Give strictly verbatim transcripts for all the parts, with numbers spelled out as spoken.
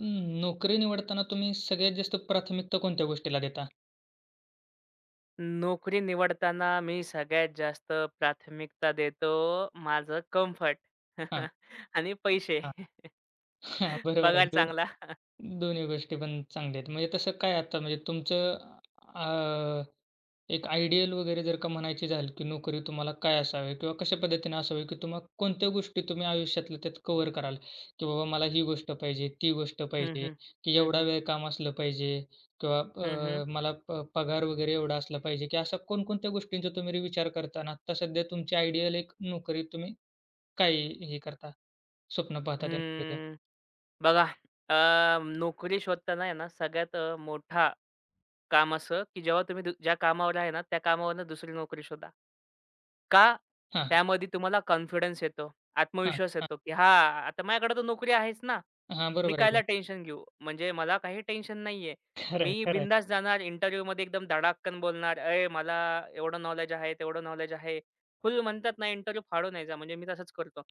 अं, नोकरी निवडताना तुम्ही सगळ्यात जास्त प्राथमिकता कोणत्या गोष्टीला देता? नोकरी निवडताना मी सगळ्यात जास्त प्राथमिकता देतो माझं कम्फर्ट हां, आणि पैसे. हां. हां, बरोबर आहे. पगार चांगला. दोन्ही दोन्ही गोष्टी पण चांगल्या आहेत. म्हणजे तसं काय आता म्हणजे तुमचं अ, एक आयडियल वगैरे जर का म्हणायची झाली, की नोकरी तुम्हाला काय असावी किंवा कशा पद्धतीने असावी, की तुम्हाला कोणत्या गोष्टी तुम्ही आयुष्यातल्या त्यात कव्हर कराल, की बाबा मला ही गोष्ट पाहिजे, ती गोष्ट हं, पाहिजे, हं. की हं, एवढा हं. वेळ काम असलं पाहिजे किंवा हं, हं. अ, मला प पगार वगैरे एवढा असला पाहिजे, की अशा कोणकोणत्या गोष्टींचा तुम्ही विचार करता आणि आत्ता सध्या तुमची आयडियल एक नोकरी तुम्ही काय हे करता, स्वप्न पाहता त्या नोकरीचं? बघा, अ, नोकरी शोधताना आहे ना, सगळ्यात अ, मोठा काम असं, की जेव्हा तुम्ही दु ज्या कामावर आहे ना, त्या कामावरनं दुसरी नोकरी शोधा. का? हां, त्यामध्ये तुम्हाला कॉन्फिडन्स येतो, हां, आत्मविश्वास हां. येतो, की हां, आता माझ्याकडे तर नोकरी आहेच ना. हां, मी बरोबर आहे कायला की. टेन्शन घेऊ? म्हणजे मला काही टेन्शन नाहीये. खरं आहे, मी खरं आहे. बिनधास्त जाणार इंटरव्ह्यूमध्ये एकदम धडाक्कन बोलणार, "अय, मला एवढं नॉलेज आहे, तेवढं नॉलेज आहे." फुल म्हणतात ना, इंटरव्ह्यू फाडून यायचा. म्हणजे मी तसंच करतो.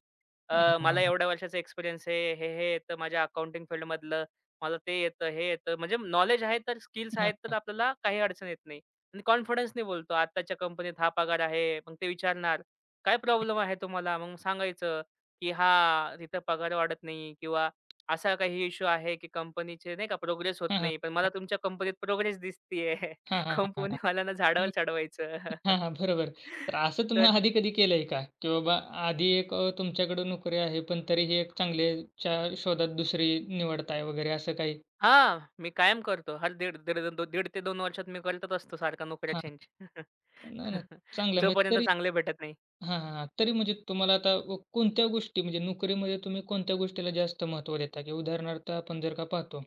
हां, अ, हां, मला हां, एवढ्या वर्षाचा एक्सपिरियन्स आहे, हे, हे येतं माझ्या अकाउंटिंग फील्डमधलं, मला ते येतं, हे येतं. म्हणजे नॉलेज आहे तर स्किल्स आहेत तर हां. आपल्याला काही अडचण येत नाही. आणि कॉन्फिडन्सने बोलतो, "आत्ताच्या कंपनीत हा पगार आहे." मग ते विचारणार, "काय प्रॉब्लेम आहे तुम्हाला?" मग सांगायचं, की "हां, तिथं पगार वाढत नाही किंवा असा काही इश्यू आहे, की कंपनीचे नाही का प्रोग्रेस होत हां, हां, नाही. पण मला तुमच्या कंपनीत प्रोग्रेस दिसतीये." हां, हां, हां, हां, कंपनीवाल्यांना झाडावर चढवायचं. हां, हां. बरोबर. तर असं तुम्ही तर आधी कधी केलंय का? की बाबा आधी एक अ, तुमच्याकडे नोकरी आहे, पण तरीही एक चांगल्याच्या शोधात दुसरी निवडताय वगैरे असं काही? हां, मी कायम करतो. हर दीड दीड दो दीड ते दोन वर्षात मी करतच असतो सारखा नोकऱ्या हां. चेंज. नाही, नाही. चांगलं म्हणजे जोपर्यंत तरी चांगले भेटत नाही. हां, हां, हां. तरी म्हणजे तुम्हाला आता अ, कोणत्या गोष्टी म्हणजे नोकरीमध्ये तुम्ही कोणत्या गोष्टीला जास्त महत्त्व देता? की उदाहरणार्थ आपण जर का पाहतो,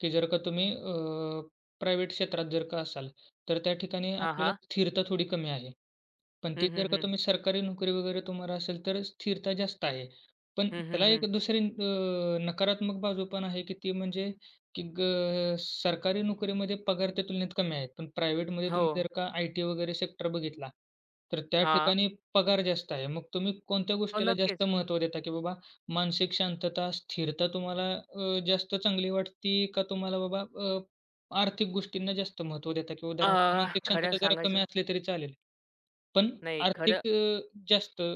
की जर का तुम्ही अ, प्रायव्हेट क्षेत्रात जर का असाल, तर त्या ठिकाणी हां, आपल्याला हां. स्थिरता थोडी कमी आहे. पण ती हं, जर हं, का हं. तुम्ही सरकारी नोकरी वगैरे तुम्हाला असेल, तर स्थिरता जास्त आहे. पण हं, हं, त्याला हं. एक दुसरी अ, नकारात्मक बाजू पण आहे, की ती म्हणजे की ग सरकारी नोकरीमध्ये पगार त्या तुलनेत कमी आहेत. पण प्रायव्हेटमध्ये हो. तुम्ही जर का आय टी वगैरे सेक्टर बघितला, तर त्या हां. ठिकाणी पगार जास्त आहे. मग तुम्ही कोणत्या हो, गोष्टीला जास्त नक्कीच. महत्त्व देता, की बाबा मानसिक शांतता, स्थिरता तुम्हाला अ, जास्त चांगली वाटते का तुम्हाला बाबा अ, आर्थिक गोष्टींना जास्त महत्त्व देता? की अ, उदाहरणार्थ मानसिक खरं शांतता जरा कमी सांगायचं असली तरी चालेल, पण नाही खरं आर्थिक अ, जास्त अ,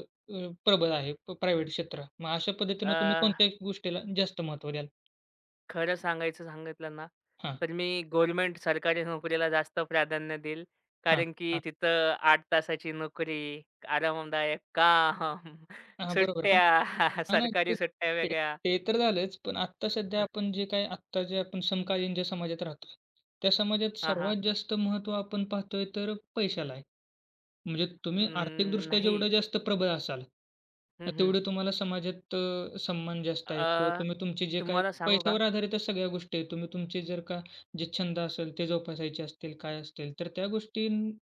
प्रबळ आहे प प्रायव्हेट क्षेत्र. मग अशा पद्धतीनं तुम्ही अ, कोणत्या गोष्टीला जास्त महत्त्व द्याल? खरं सांगायचं सांगितलं ना, हां, तर मी गव्हर्नमेंट सरकारी नोकरीला जास्त प्राधान्य देईल. हां, कारण की हां. तिथं आठ तासाची नोकरी, आरामदायक काम, हां, बरोबर. पण सुट्ट्या, हां, नाही सरकारी ते सुट्ट्या ते वेगळ्या. ते तर झालंच. पण आत्ता सध्या हं. आपण जे काही आत्ता जे आपण समकालीन ज्या समाजात राहतोय, त्या समाजात हां, सर्वात जास्त महत्त्व आपण पाहतोय तर पैशाला आहे. म्हणजे अं, तुम्ही आर्थिकदृष्ट्या नाही. जेवढं जास्त प्रबळ असाल, हं, हं. तेवढे तुम्हाला समाजात अ, सन्मान जास्त आहे किंवा अ, तुम्ही तुमचे जे काही तुम्हाला सांगू का? पैशावर आधारितच सगळ्या गोष्टी आहेत. तुम्ही तुमचे जर का जे छंद असेल ते जोपासायचे असतील, काय असतील, तर त्या गोष्टी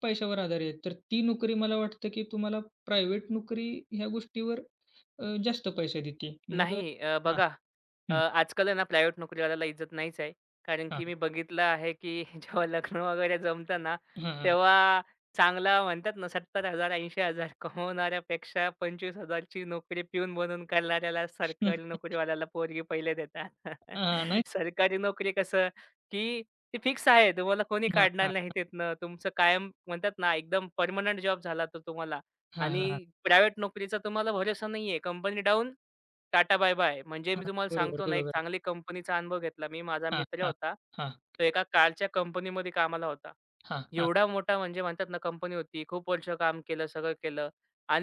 पैशावर आधारित आहेत. तर ती नोकरी मला वाटतं, की तुम्हाला प्रायव्हेट नोकरी ह्या गोष्टीवर अ, जास्त पैसे देते. मग नाही अ, हां, बघा, अ, हं, आजकाल आहे ना प्रायव्हेट नोकरीवाल्याला इज्जत नाहीच आहे. कारण हां, की मी बघितलं आहे की जेव्हा लग्न वगैरे जमतं ना, हां, हां, तेव्हा चांगला म्हणतात ना सत्तर हजार ऐंशी हजार कमवणाऱ्यापेक्षा पंचवीस हजार ची नोकरी पिऊन बनून करणाऱ्याला सरकारी हां. नोकरीवाल्याला पोरगी पहिले देतात. हां, नाही. सरकारी नोकरी कसं, की ती फिक्स आहे. तुम्हाला कोणी हां, काढणार हां, नाही तिथनं. तुमचं कायम म्हणतात ना एकदम परमनंट जॉब झाला तो तुम्हाला हां, आणि हां, हां, प्रायव्हेट नोकरीचा तुम्हाला भरोसा नाहीये. Company down tata bye bye. म्हणजे हां. मी तुम्हाला बरोबर, सांगतो ना, एक बरोबर. चांगली कंपनीचा अनुभव घेतला मी. माझा हां, मित्र हां, होता. हां, तो एका कारच्या कंपनीमध्ये कामाला होता. हां, हां, हां, एवढा मोठा म्हणजे म्हणतात ना, कंपनी होती. खूप वर्ष काम केलं, सगळं केलं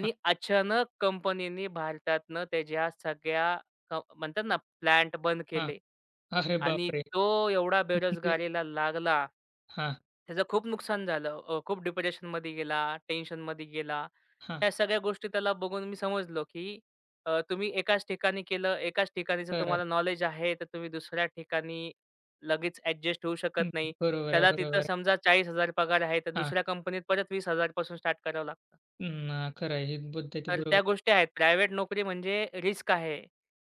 हां. अचानक कंपनीनी भारतातनं त्याच्या सगळ्या क म्हणतात ना, प्लांट बंद केले अरे आणि बापरे! तो एवढा म्हणजे बेरोजगारीला लागला. हां, त्याचं खूप नुकसान झालं. अ, खूप डिप्रेशनमध्ये गेला, टेन्शनमध्ये गेला. हां. ह्या सगळ्या गोष्टी त्याला बघून मी समजलो, की अ, तुम्ही एकाच ठिकाणी केलं, एकाच ठिकाणीचं खरं आहे. तुम्हाला नॉलेज आहे, तर तुम्ही दुसऱ्या ठिकाणी लगेच ॲडजस्ट होऊ हं, शकत नाही. बरोबर आहे, त्याला बरोबर तिथं आहे. समजा चाळीस हजार पगार आहे, तर हां, दुसऱ्या कंपनीत परत वीस हजार पासून स्टार्ट करावं लागतं. अं, खरं आहे. ही पद्धती तर बरोबर त्या गोष्टी आहेत. प्रायव्हेट नोकरी म्हणजे रिस्क आहे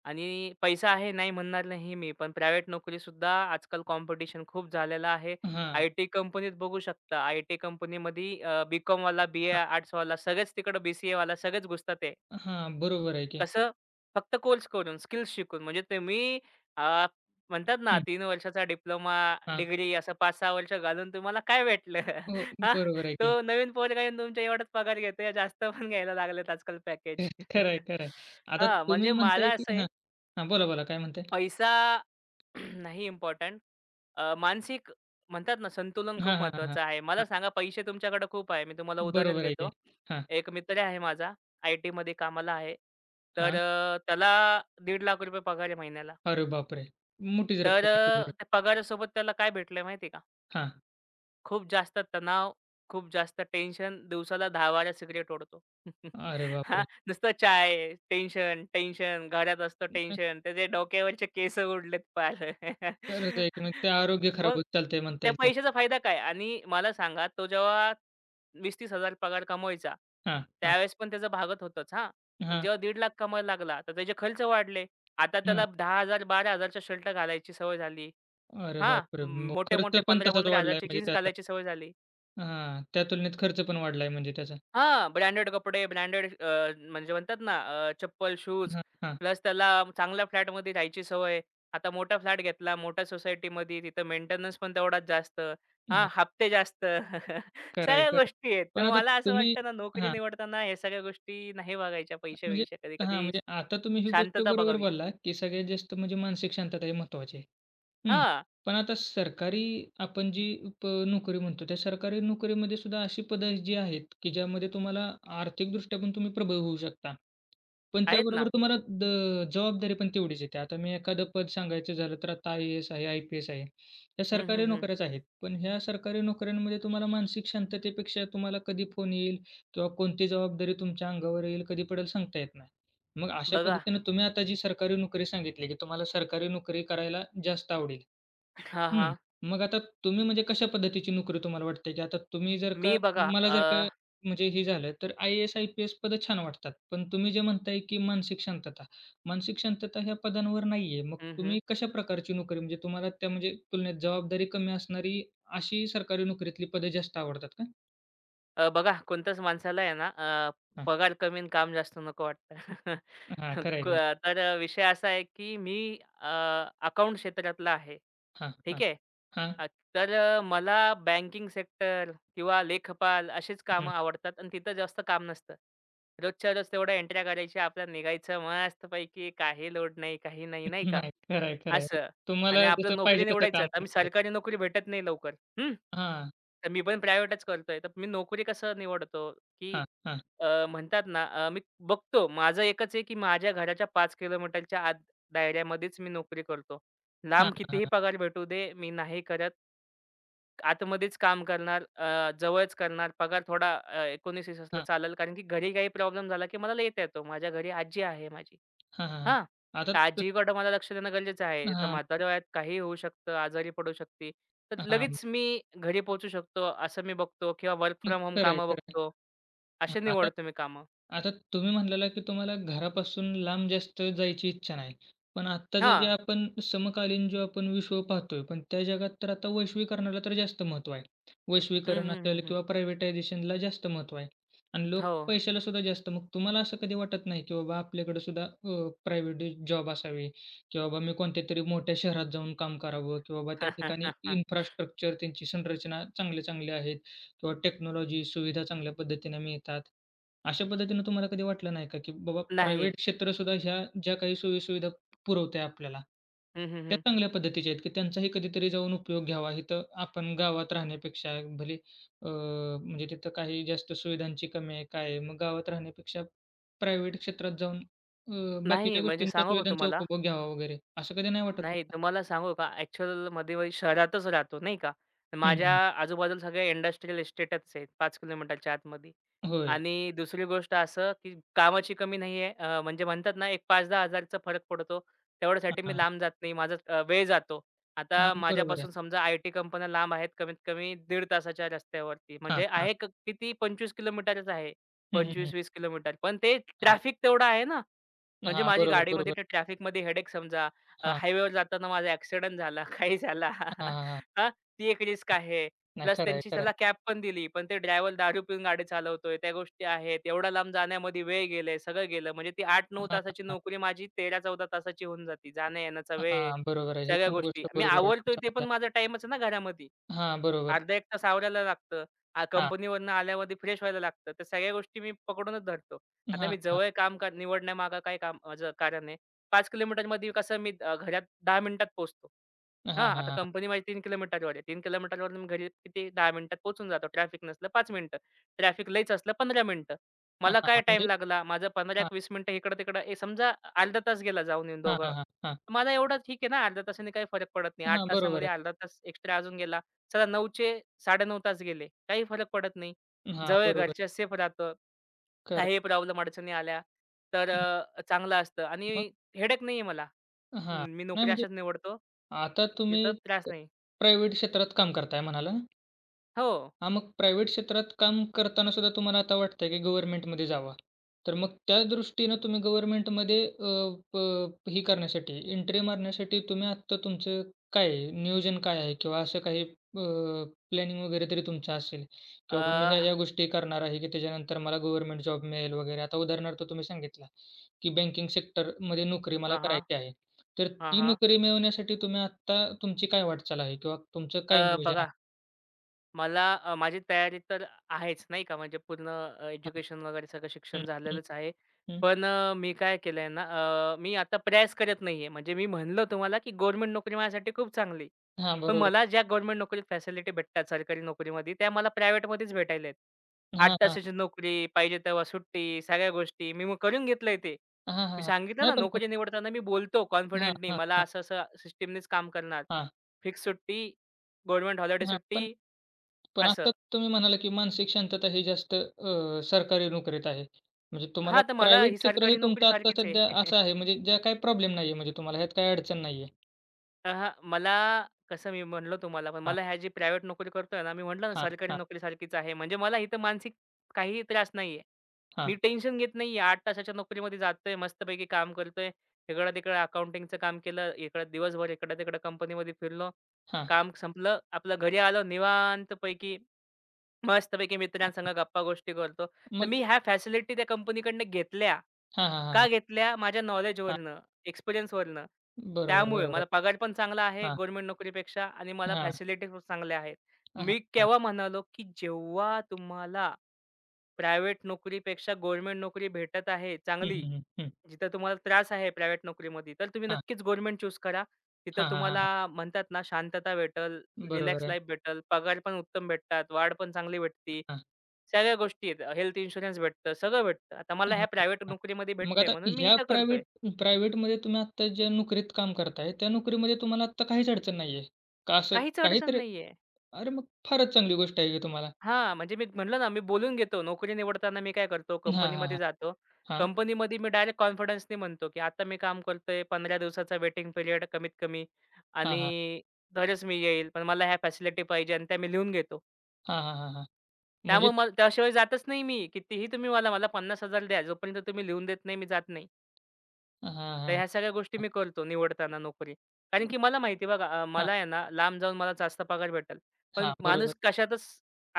आणि पैसा आहे नाही म्हणणार नाही मी. पण प्रायव्हेट नोकरी सुद्धा आजकाल कॉम्पिटिशन खूप झालेलं आहे. हां, आय-टी कंपनीत बघू शकता. आय-टी कंपनीमध्ये अ, बी-कॉमवाला, बी-ए हां, आर्ट्सवाला सगळेच तिकडं बी-सी-एवाला सगळेच घुसतात हां, बरोबर आहे की. कसं? फक्त कोर्स करून, स्किल्स शिकून. म्हणजे ते मी अ, म्हणतात ना हं, तीन वर्षाचा डिप्लोमा, हां. डिग्री असं पाच सहा वर्ष घालून तुम्हाला काय भेटलं? हो, हां? बरोबर आहे की. तो नवीन पोरगा येऊन तुमच्या एवढाच पगार घेतोय. जास्त पण घ्यायला लागलेत आजकाल पॅकेज. खरं आहे, खरं आहे. आता हां, तुम्ही म्हणजे म्हणताय मला की असं आहे हां, हां, बोला, बोला काय म्हणताय? पैसा नाही इम्पॉर्टंट. अ, मानसिक म्हणतात ना, संतुलन हां, खूप हां, हां, हां, महत्त्वाचं आहे. मला हां. सांगा पैसे तुमच्याकडे खूप आहे. मी तुम्हाला उदाहरण बरोबर आहे की. देतो. हां, एक मित्र आहे माझा, आय-टीमध्ये कामाला आहे. तर हां. अ, त्याला ₹एक,पन्नास हजार पगार आहे महिन्याला. अरे बापरे! मोठीच तर रक्कम आहे ती अ, बरीच. त्या पगारासोबत त्याला काय भेटलंय माहिती आहे का? हां. खूप जास्त तणाव, खूप जास्त टेन्शन, दिवसाला दहा ते बारा सिगारेट ओढतो. अरे हां, बापरे! नुसतं चाय, टेन्शन, टेन्शन, घरात असतो टेन्शन, त्याचे डोक्यावरचे केस उडलेत पार. खरंच आहे की म्हणजे ते आरोग्य खराब मग होत चालतंय म्हणता त्या येईल त्यात. पैशाचा फायदा काय? आणि मला सांगा तो जेव्हा वीस हजार-तीस हजार पगार कमवायचा, हां, हां, त्यावेळेस पण त्याचं भागत होतंच हां. पण हां, जेव्हा एक,पन्नास हजार कमवायला लागला, तर त्याचे खर्च वाढले. आता त्याला हां. दहा हजार-12,000च्या शर्ट घालायची सवय झाली. अरे हां, बापरे! मग खर्च मोठे-मोठे पण तसाच वाढलाय पंधरा हजार-15,000ची म्हणजे जीन्स त्याचा. घालायची सवय झाली. हां, त्या तुलनेत खर्च पण वाढलाय म्हणजे त्याचा. हां, ब्रँडेड कपडे, ब्रँडेड म्हणजे म्हणतात ना अ, चप्पल, शूज हां, हां, प्लस त्याला चांगल्या फ्लॅटमध्ये राहायची सवय. आता मोठा फ्लॅट घेतला, मोठ्या सोसायटीमध्ये तिथं मेंटेनन्स पण तेवढाच जास्त. हां, हां. हप्ते जास्त. खरं आहे, सगळ्या खरं आहे. गोष्टी आहेत. पण तर आता मला असं तुम्ही वाटतं ना नोकरी हां, निवडताना ह्या सगळ्या गोष्टी नाही बघायच्या. म्हणजे पैसे-वैसे हां, कधी-कधी म्हणजे आता तुम्ही ही गोष्ट शांतता बरोबर बघावी. बोलला, की सगळ्यात जास्त म्हणजे मानसिक शांतता ही महत्त्वाची आहे. हं. हां, पण आता सरकारी आपण जी प नोकरी म्हणतो, त्या सरकारी नोकरीमध्ये सुद्धा अशी पदं जी आहेत, की ज्यामध्ये तुम्हाला आर्थिकदृष्ट्या पण तुम्ही प्रबळ होऊ शकता. पण आहेत ना. त्याबरोबर तुम्हाला द जबाबदारी पण तेवढीच येते. आता मी एखादं पद सांगायचं झालं तर आता आय ए एस आहे, आय पी एस आहे. ह्या हं, हं, सरकारी हं. नोकऱ्याच आहेत. पण ह्या सरकारी नोकऱ्यांमध्ये तुम्हाला मानसिक शांततेपेक्षा तुम्हाला कधी फोन येईल किंवा कोणती जबाबदारी तुमच्या अंगावर येईल, कधी पडेल सांगता येत नाही. मग अशा बघा. पद्धतीनं तुम्ही आता जी सरकारी नोकरी सांगितली, की तुम्हाला सरकारी नोकरी करायला जास्त आवडेल. हां, हं. हां. मग आता तुम्ही म्हणजे कशा पद्धतीची नोकरी तुम्हाला वाटते, की आता तुम्ही जर मी का बघा मला अ, जर का म्हणजे हे झालं, तर I A S, I P S पदं छान वाटतात. पण तुम्ही जे म्हणताय, की मानसिक शांतता. मानसिक शांतता ह्या पदांवर नाहीये. मग हं, हं. तुम्ही कशा प्रकारची नोकरी म्हणजे तुम्हाला त्या म्हणजे तुलनेत जबाबदारी कमी असणारी अशी सरकारी नोकरीतली पदे जास्त आवडतात का? अ, बघा कोणत्याच माणसाला आहे ना, अ, हां, पगार कमी आणि काम जास्त नको वाटतं. हां. खरं आहे क की. तर अ, विषय असा आहे की मी अकाउंट क्षेत्रातला आहे. हां, हां, ठीक आहे. हां. अ, तर अ, मला बँकिंग सेक्टर किंवा लेखपाल अशीच हं. कामं आवडतात आणि तिथं जास्त काम नसतं. रोजच्या रोज तेवढ्या एंट्र्या करायच्या, आपल्याला निघायचं मस्तपैकी, काही लोड नाही, काही नाही, नाही का? नाही. खरं आहे, खरं आहे. असं. आणि तुम्हाला आपलं जसं नोकरी पाहिजे तसं निवडायचं. काम आता आम्ही मिळतंय. सरकारी नोकरी भेटत नाही लवकर. हं. हां, तर मी पण प्रायव्हेटच करतोय. तर मी नोकरी कसं निवडतो, की हां, हां. अ, म्हणतात ना अ, मी बघतो माझं एकच आहे, की माझ्या घराच्या पाच किलोमीटरच्या आत दायऱ्यामध्येच मी नोकरी करतो. हां, लांब हां, कितीही हां. पगार भेटू दे, मी नाही करत. आतमध्येच काम करणार, अ, जवळच करणार. पगार थोडा अ, एकोणीस असला हां, चालेल कारण की घरी काही प्रॉब्लेम झाला, की मला लेता येतो. माझ्या घरी आजी आहे माझी. हां, हां, हां. हां. आता तर आजीकडं मला लक्ष देणं गरजेचं आहे. आता हां, म्हाताऱ्या वयात काहीही होऊ शकतं, आजारी पडू शकते. तर हां. लगेच मी घरी पोहोचू शकतो असं मी बघतो किंवा वर्क न फ्रॉम होम खरं आहे, कामं खरं आहे. बघतो. हां, असे आता निवडतो मी कामं. आता तुम्ही म्हणाला, की तुम्हाला घरापासून लांब जास्त जायची इच्छा नाही. पण आत्ताचं जे हां. आपण समकालीन जो आपण विश्व पाहतोय, पण त्या जगात तर आता वैश्वीकरणाला तर जास्त महत्त्व आहे. हं, वैश्वीकरण हं, हं, असेल हं. किंवा प्रायव्हेटायझेशनला जास्त महत्त्व आहे आणि लोक हो. पैशाला सुद्धा जास्त. मग तुम्हाला असं कधी वाटत नाही, की बाबा आपल्याकडे सुद्धा अ, प्रायव्हेट जॉब असावी किंवा बाबा मी कोणत्यातरी मोठ्या शहरात जाऊन काम करावं किंवा बाबा त्या ठिकाणी इन्फ्रास्ट्रक्चर त्यांची संरचना चांगली-चांगली आहे. किंवा टेक्नॉलॉजी सुविधा चांगल्या पद्धतीने मिळतात. अशा पद्धतीनं तुम्हाला कधी वाटलं नाही का, की बाबा नाही. प्रायव्हेट क्षेत्र सुद्धा ह्या ज्या काही सोयी-सुविधा पुरवते आपल्याला, हं, हं, त्या हं. चांगल्या पद्धतीच्या आहेत, की त्यांचाही कधीतरी जाऊन उपयोग घ्यावा. इथं आपण गावात राहण्यापेक्षा भले अ, म्हणजे तिथं काही जास्त सुविधांची कमी आहे, काय आहे. मग गावात राहण्यापेक्षा प्रायव्हेट क्षेत्रात जाऊन अ, नाही बाकीच्या म्हणजे गोष्टींच्या सांगू का सुविधांचा तुम्हाला? उपभोग घ्यावा वगैरे. असं कधी नाही वाटत नाही तुम्हाला? तुम्हाला सांगू का ॲक्चुअल मध्ये मी शहरातच राहतो नाही का. हं, माझ्या हं, हं. आजूबाजूला सगळ्या इंडस्ट्रियल इस्टेटच आहेत पाच किलोमीटरच्या आतमध्ये. होय. आणि दुसरी गोष्ट असं, की कामाची कमी नाहीये. अ, म्हणजे म्हणतात ना, एक पाच हजार-10,000चा फरक पडतो. हां, तेवढ्यासाठी मी हां. लांब जात नाही. माझा अ, वेळ जातो. हां, आता बरोबर आहे. माझ्यापासून समजा आय-टी कंपन्या लांब आहेत कमीत कमी दीड तासाच्या रस्त्यावरती. हां, म्हणजे हां. आहे क किती पंचवीस किलोमीटरच आहे. हं, हं, हं. पंचवीस वीस किलोमीटर. पण ते ट्रॅफिक तेवढं आहे ना, म्हणजे हां, माझी बरोबर, गाडीमध्ये बरोबर. ते ट्रॅफिकमध्ये हेडेक समजा, अ, हां, हायवेवर जाताना माझा ॲक्सिडेंट झाला, काही झाला. हां, हां, हां. हां, ती एक रिस्क आहे. नाही प्लस खरं आहे, त्यांची खरं त्याला आहे. कॅब पण दिली, पण ते ड्रायव्हर दारू पिऊन गाडी चालवतोय, त्या गोष्टी आहेत. एवढा लांब जाण्यामध्ये वेळ गेले, सगळं गेलं. म्हणजे ती आठ नऊ हां, हां, तासाची हां. नोकरी माझी तेरा चौदा तासाची होऊन जाते. जाण्या-येण्याचा वेळ, हां, बरोबर आहे. ही सगळ्या पण गोष्टी. गोष्ट मी बरोबर आहे आवरतोय ते पण तुमच्याबद्दल. माझा टाईमच आहे ना घरामध्ये. हां, बरोबर. अर्धा एक तास आवरायला लागतं. हां, कंपनीवरनं आल्यावरती फ्रेश व्हायला लागतं. त्या सगळ्या गोष्टी मी पकडूनच धरतो. आता हां, मी हां. जवळ काम का निवडण्यामागं काय काम माझं कारण आहे. पाच किलोमीटरमध्ये कसं मी अ, घरात दहा मिनिटात पोहोचतो. हां, हां, हां, हां, आता हां. कंपनी माझी तीन किलोमीटरवर आहे. तीन किलोमीटरवरून मी घरी किती दहा मिनिटात पोहोचून जातो. ट्रॅफिक नसलं पाच मिनिटं. ट्रॅफिक लईच असलं पंधरा मिनिटं. मला काय हां, टाईम म्हणजे लागला? माझा हां, पंधरा वीस मिनिटं इकडं-तिकडं ए समजा अर्धा तास गेला जाऊन येऊन हां, दोघं. हां, हां, हां. मला एवढं ठीक आहे ना, अर्ध्या तासाने काही फरक पडत नाही. आठ हां, बरोबर तासामध्ये आहे. अर्धा तास एक्स्ट्रा अजून गेला. चला 9चे साडे नऊ तास गेले. काही फरक पडत नाही. हां, जवळ बरोबर. घरच्या सेफ राहतं. खरं. काही प्रॉब्लेम अडचणी आल्या तर हं, अ, चांगलं असतं मग आणि हेडेक नाहीये मला. हां. न- मी नाही नोकरी म्हणजे अशाच निवडतो. आता तुम्ही तिथं त्रास नाही. प्रायव्हेट क्षेत्रात काम करताय म्हणाला? हो. हां, मग प्रायव्हेट क्षेत्रात काम करताना सुद्धा तुम्हाला आता वाटतंय की गव्हर्नमेंटमध्ये जावा. तर मग त्या दृष्टीनं तुम्ही गव्हर्नमेंटमध्ये अ, प ही करण्यासाठी एंट्री मारण्यासाठी तुम्ही आत्ता तुमचं काय आहे? नियोजन काय आहे? किंवा असं काही अ, प्लॅनिंग वगैरे तरी तुमचं असेल, की अ, बाबा मी ह्या-ह्या गोष्टी करणार आहे, की त्याच्यानंतर मला गव्हर्नमेंट जॉब मिळेल वगैरे. आता उदाहरणार्थ तुम्ही सांगितला, की बँकिंग सेक्टरमध्ये नोकरी मला हां, हां. करायची आहे. तर हां, ती हां. नोकरी मिळवण्यासाठी तुम्ही आत्ता तुमची काय वाटचाल आहे? किंवा तुमचं काय अ, नियोजन बघा आहे? मला, अ, माझी तयारी तर आहेच नाही का, म्हणजे पूर्ण अ, हां. एज्युकेशन वगैरे सगळं शिक्षण हं, हं, झालेलंच आहे. हं. पण अ, मी काय केलंय ना, अ, मी आता प्रयास करत नाहीये. म्हणजे मी म्हणलं तुम्हाला, की गव्हर्नमेंट नोकरी माझ्यासाठी खूप चांगली. हां, पण बरोबर. मला ज्या गव्हर्नमेंट नोकरीत फॅसिलिटी भेटतात सरकारी नोकरीमध्ये, त्या मला प्रायव्हेटमध्येच भेटायला आहेत. आठ हां, हां. तासाची नोकरी, पाहिजे तेव्हा सुट्टी, सगळ्या गोष्टी. मी मग करून घेतलंय ते. हां, हां, मी हां. सांगितलं नाही ना, पण तो नोकरी निवडताना मी बोलतो हां, कॉन्फिडंटली, हां, मला हां, असं-असं सिस्टमनीच काम करणार. हां, फिक्स सुट्टी, गव्हर्नमेंट हॉलिडे हां. पण सुट्टी पण असं. आता तुम्ही म्हणाला, की मानसिक शांतता ही जास्त अ, सरकारी नोकरीत आहे. म्हणजे तुम्हाला हां, तर मला प्रायव्हेट ही क्षेत्र हे सरकारी नोकरी तुमचं आता सारखीच आहे. सध्या असं आहे, म्हणजे ज्या काही प्रॉब्लेम नाहीये म्हणजे तुम्हाला ह्यात काही अडचण नाहीये. अहा, मला कसं मी म्हणलो तुम्हाला पण हां, मला ह्या जी प्रायव्हेट नोकरी करतोय ना, मी म्हटलं ना हां, सरकारी हां, नोकरीसारखीच आहे. म्हणजे मला इथं मानसिक काहीही त्रास नाहीये. हां, मी टेन्शन घेत नाहीये. आठ तासाच्या नोकरीमध्ये जातोय, मस्तपैकी काम करतोय. इकडं-तिकडं अकाउंटिंगचं काम केलं, इकडं दिवसभर इकडं-तिकडं कंपनीमध्ये फिरलो. हां. काम संपलं. आपलं घरी आलो निवांतपैकी मस्तपैकी मित्रांसंग गप्पा-गोष्टी करतो. तर मग मी ह्या फॅसिलिटी त्या कंपनीकडनं घेतल्या. हां, हां, हां, का हां, घेतल्या? माझ्या हां. नॉलेजवरनं, एक्सपिरियन्सवरनं. बरोबर, त्यामुळे बरोबर. मला पगार पण चांगला आहे हां, गव्हर्नमेंट नोकरीपेक्षा आणि मला हां, फॅसिलिटी खूप चांगल्या आहेत. हां, हां, मी हां. केव्हा म्हणालो, की जेव्हा तुम्हाला प्रायव्हेट नोकरीपेक्षा गव्हर्नमेंट नोकरी भेटत आहे हं, चांगली, हं, हं, हं. जिथं तुम्हाला त्रास आहे प्रायव्हेट नोकरीमध्ये, तर तुम्ही हां, नक्कीच गव्हर्नमेंट चूज करा. तिथं हां, हां, हां, तुम्हाला हां. म्हणतात ना शांतता भेटेल, बरोबर रिलॅक्स आहे. लाईफ भेटेल, पगार पण उत्तम भेटतात, वाढ पण चांगली भेटती. हां. सगळ्या गोष्टी आहेत. हेल्थ इन्शुरन्स भेटतं, सगळं भेटतं. आता मला ह्या हां, प्रायव्हेट हां. नोकरीमध्ये मग भेटतंय आता म्हणून मी ह्या इथं करतोय. प्रायव्हेट प्रायव्हेटमध्ये तुम्ही आत्ता ज्या नोकरीत काम करताय, त्या नोकरीमध्ये तुम्हाला आत्ता काहीच अडचण नाहीये? का असं काहीच अडचण काहीतरी नाहीये. अरे, मग फारच चांगली गोष्ट आहे की तुम्हाला. हां, म्हणजे मी म्हटलं ना, मी बोलून घेतो. नोकरी निवडताना मी काय करतो, हां, हां, कंपनीमध्ये हां. जातो. हां, कंपनीमध्ये मी डायरेक्ट कॉन्फिडन्सनी म्हणतो, की आता मी काम करतोय. पंधरा दिवसाचा वेटिंग पिरियड कमीत कमी हां, हां. आणि तरच मी येईल. पण मला ह्या फॅसिलिटी पाहिजे आणि त्या मी लिहून घेतो. हां, हां, हां, हां. म्हणजे त्यामुळे मला त्याशिवाय जातच नाही मी. कितीही तुम्ही मला, मला पन्नास हजार द्या. जोपर्यंत तुम्ही लिहून देत नाही, मी जात नाही. हां, हां, तर हां. ह्या सगळ्या गोष्टी मी करतो निवडताना नोकरी. कारण की मला माहिती आहे बघा, अ, हां, मला आहे ना, लांब जाऊन मला जास्त पगार भेटेल. पण हां. माणूस बरोबर. कशातच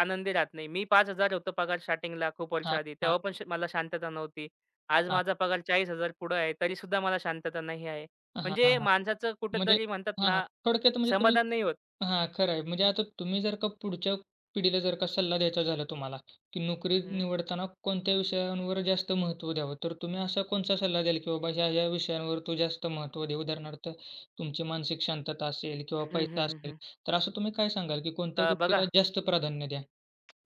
आनंदी राहत नाही. मी पाच हजार होतो पगार स्टार्टिंगला खूप वर्ष हां, आधी. हां, तेव्हा पण श मला शांतता नव्हती. आज हां. माझा पगार चाळीस हजार पुढं आहे. तरीसुद्धा मला शांतता नाही आहे. हां, हां, म्हणजे हां. माणसाचं म्हणजे कुठेतरी म्हणतात हां, हां. ना, थोडक्यात म्हणजे तुम्ही समाधान नाही होत. हां, खरं आहे. म्हणजे आता तुम्ही जर का पुढच्या पिढीला जर का सल्ला द्यायचा झाला तुम्हाला, की नोकरी हं. निवडताना कोणत्या विषयांवर जास्त महत्त्व द्यावं, तर तुम्ही असा कोणता सल्ला द्याल, की बाबा ह्या-ह्या विषयांवर तू जास्त महत्त्व दे? उदाहरणार्थ तुमची मानसिक शांतता असेल किंवा हं, हं, पैसा हं, असेल, हं. तर असं तुम्ही काय सांगाल, की कोणत्या अ, गोष्टीला बघा जास्त प्राधान्य द्या?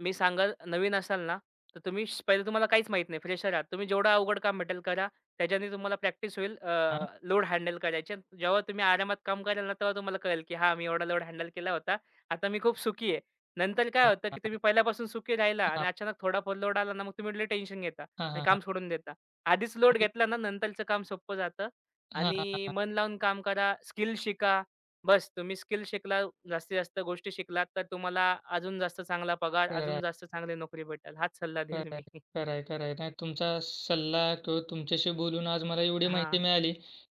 मी सांगाल नवीन असाल ना, तर तुम्ही श पहिले तुम्हाला काहीच माहीत नाही, फ्रेशर आहात. तुम्ही जेवढं अवघड काम भेटेल करा. त्याच्याने तुम्हाला प्रॅक्टिस होईल अ, हां, लोड हँडल करायची आणि जेव्हा तुम्ही आरामात काम कराल ना, तेव्हा तुम्हाला कळेल, की हां, मी एवढा लोड हँडल केला होता. आता मी खूप सुखी आहे. नंतर काय हां, होतं, की हां, हां, तुम्ही पहिल्यापासून सुखी राहिला आणि हां, अचानक थोडाफार लोड आला ना, मग तुम्ही टेन्शन घेता हां, आणि हां, हां. काम सोडून देता. आधीच लोड म्हणजे घेतला ना, नंतरचं काम सोपं जातं हां, हां, हां, आणि हां. मन लावून काम करा, स्किल शिका. बस तुम्ही स्किल शिकला, जास्तीत जास्त गोष्टी शिकलात, तर तुम्हाला अजून जास्त चांगला पगार, खरं अजून आहे. जास्त चांगली नोकरी भेटेल. हाच सल्ला खरं देईल आहे, मी. खरं आहे, खरं आहे. नाही तुमचा सल्ला किंवा तुमच्याशी बोलून आज मला एवढी माहिती हां. मिळाली,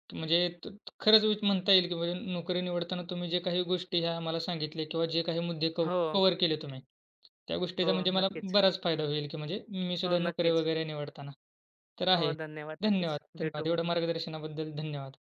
की म्हणजे त खरंच विच म्हणता येईल, की म्हणजे नोकरी निवडताना तुम्ही जे काही गोष्टी ह्या मला सांगितल्या किंवा जे काही मुद्दे कव हो, कव्हर केले तुम्ही, त्या हो. गोष्टीचा म्हणजे मला नक्कीच. बराच फायदा होईल, की म्हणजे मी हो, सुद्धा नोकरी नक्कीच. वगैरे निवडताना. तर हो, आहे. धन्यवाद. नक्कीच. धन्यवाद, भेटू धन्यवाद. एवढं पुन्हा. मार्गदर्शनाबद्दल धन्यवाद.